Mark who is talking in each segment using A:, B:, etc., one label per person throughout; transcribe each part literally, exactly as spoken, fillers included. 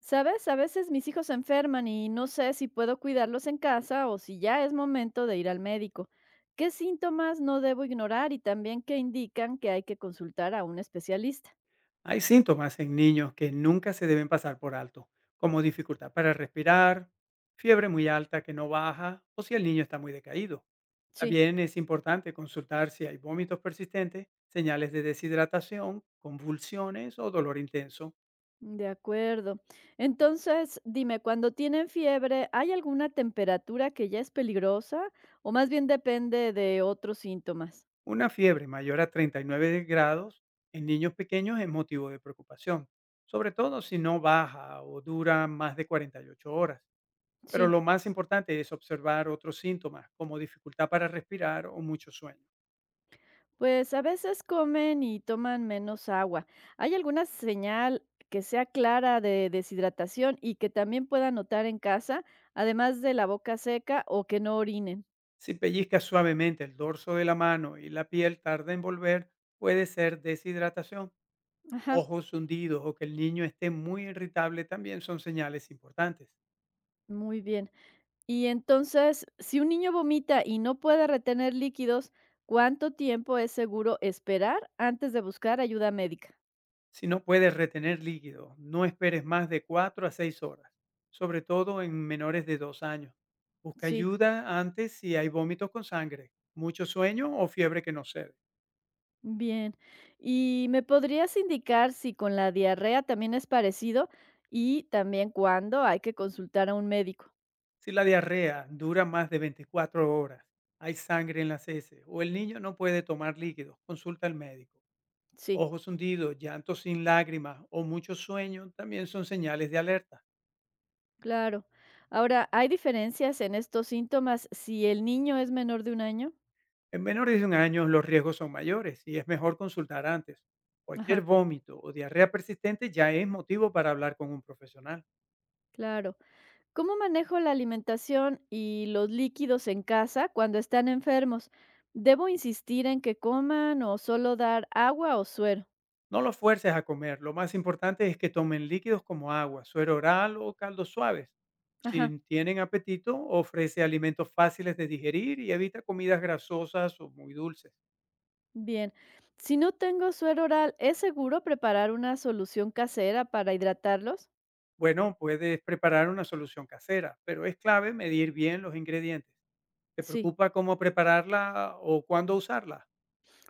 A: ¿Sabes? A veces mis hijos se enferman y no sé si puedo cuidarlos en casa o si ya es momento de ir al médico. ¿Qué síntomas no debo ignorar y también qué indican que hay que consultar a un especialista?
B: Hay síntomas en niños que nunca se deben pasar por alto, como dificultad para respirar, fiebre muy alta que no baja o si el niño está muy decaído.
A: Sí,
B: También es importante consultar si hay vómitos persistentes, señales de deshidratación, convulsiones o dolor intenso.
A: de acuerdo. Entonces, dime, cuando tienen fiebre, ¿hay alguna temperatura que ya es peligrosa o más bien depende de otros síntomas?
B: Una fiebre mayor a treinta y nueve grados en niños pequeños es motivo de preocupación, sobre todo si no baja o dura más de cuarenta y ocho horas. Pero
A: Sí.
B: lo más importante es observar otros síntomas como dificultad para respirar o mucho sueño.
A: Pues a veces comen y toman menos agua. ¿Hay alguna señal que sea clara de deshidratación y que también pueda notar en casa, además de la boca seca o que no orinen?
B: Si pellizcas suavemente el dorso de la mano y la piel tarda en volver, puede ser deshidratación.
A: Ajá,
B: Ojos hundidos o que el niño esté muy irritable también son señales importantes.
A: muy bien. Y entonces, si un niño vomita y no puede retener líquidos, ¿cuánto tiempo es seguro esperar antes de buscar ayuda médica?
B: Si no puedes retener líquido, no esperes más de cuatro a seis horas, sobre todo en menores de dos años. Busca
A: Sí.
B: ayuda antes si hay vómitos con sangre, mucho sueño o fiebre que no cede.
A: Bien. ¿Y me podrías indicar si con la diarrea también es parecido y también cuándo hay que consultar a un médico?
B: Si la diarrea dura más de veinticuatro horas, hay sangre en las heces o el niño no puede tomar líquidos, consulta al médico.
A: Sí,
B: Ojos hundidos, llantos sin lágrimas o mucho sueño también son señales de alerta.
A: claro. Ahora, ¿hay diferencias en estos síntomas si el niño es menor de un año?
B: En menores de un año los riesgos son mayores y es mejor consultar antes. Cualquier
A: Ajá,
B: vómito o diarrea persistente ya es motivo para hablar con un profesional.
A: claro. ¿Cómo manejo la alimentación y los líquidos en casa cuando están enfermos? ¿Debo insistir en que coman o solo dar agua o suero?
B: No los fuerces a comer, lo más importante es que tomen líquidos como agua, suero oral o caldos suaves.
A: Ajá.
B: Si tienen apetito, ofrece alimentos fáciles de digerir y evita comidas grasosas o muy dulces.
A: Bien, si no tengo suero oral, ¿es seguro preparar una solución casera para hidratarlos?
B: Bueno, puedes preparar una solución casera, pero es clave medir bien los ingredientes. ¿Te
A: Sí,
B: preocupa cómo prepararla o cuándo usarla?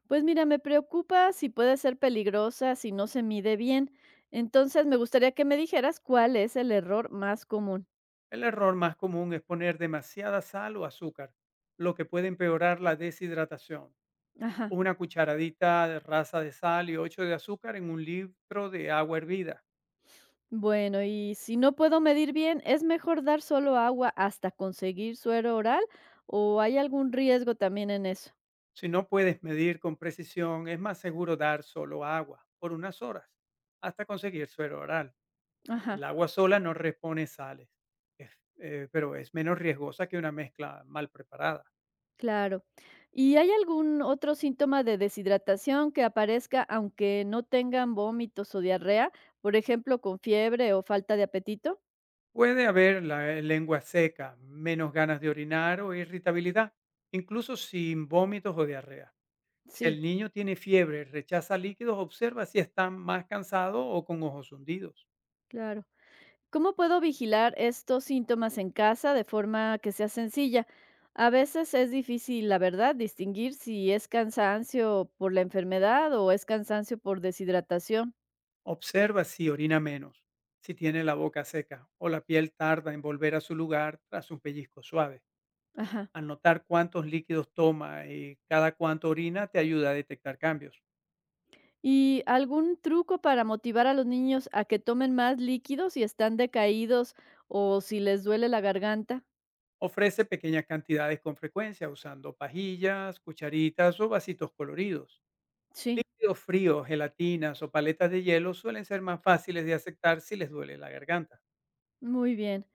A: pues mira, me preocupa si puede ser peligrosa si no se mide bien. Entonces, me gustaría que me dijeras cuál es el error más común.
B: El error más común es poner demasiada sal o azúcar, lo que puede empeorar la deshidratación.
A: Ajá.
B: Una cucharadita de raza de sal y ocho de azúcar en un litro de agua hervida.
A: Bueno, y si no puedo medir bien, ¿es mejor dar solo agua hasta conseguir suero oral o hay algún riesgo también en eso?
B: Si no puedes medir con precisión, es más seguro dar solo agua por unas horas hasta conseguir suero oral.
A: Ajá.
B: El agua sola no repone sales, es- eh, pero es menos riesgosa que una mezcla mal preparada.
A: Claro. ¿Y hay algún otro síntoma de deshidratación que aparezca aunque no tengan vómitos o diarrea? Por ejemplo, con fiebre o falta de apetito.
B: Puede haber la eh, lengua seca, menos ganas de orinar o irritabilidad, incluso sin vómitos o diarrea. Si
A: Sí,
B: el niño tiene fiebre, rechaza líquidos, observa si está más cansado o con ojos hundidos.
A: claro. ¿Cómo puedo vigilar estos síntomas en casa de forma que sea sencilla? A veces es difícil, la verdad, distinguir si es cansancio por la enfermedad o es cansancio por deshidratación.
B: Observa si orina menos, si tiene la boca seca o la piel tarda en volver a su lugar tras un pellizco suave.
A: Ajá.
B: Al notar cuántos líquidos toma y cada cuánto orina te ayuda a detectar cambios.
A: ¿Y algún truco para motivar a los niños a que tomen más líquidos si están decaídos o si les duele la garganta?
B: Ofrece pequeñas cantidades con frecuencia usando pajillas, cucharitas o vasitos coloridos.
A: Sí,
B: Líquidos fríos, gelatinas o paletas de hielo suelen ser más fáciles de aceptar si les duele la garganta.
A: muy bien.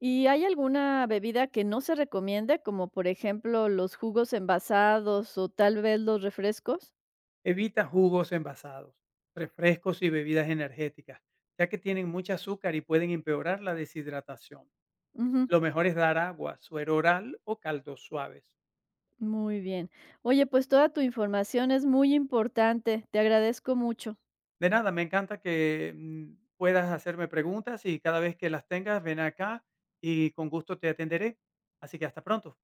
A: ¿Y hay alguna bebida que no se recomiende, como por ejemplo los jugos envasados o tal vez los refrescos?
B: Evita jugos envasados, refrescos y bebidas energéticas, ya que tienen mucho azúcar y pueden empeorar la deshidratación.
A: Ujú,
B: Lo mejor es dar agua, suero oral o caldos suaves.
A: muy bien. Oye, pues toda tu información es muy importante. Te agradezco mucho.
B: De nada, me encanta que mm, puedas hacerme preguntas y cada vez que las tengas, ven acá y con gusto te atenderé. Así que hasta pronto.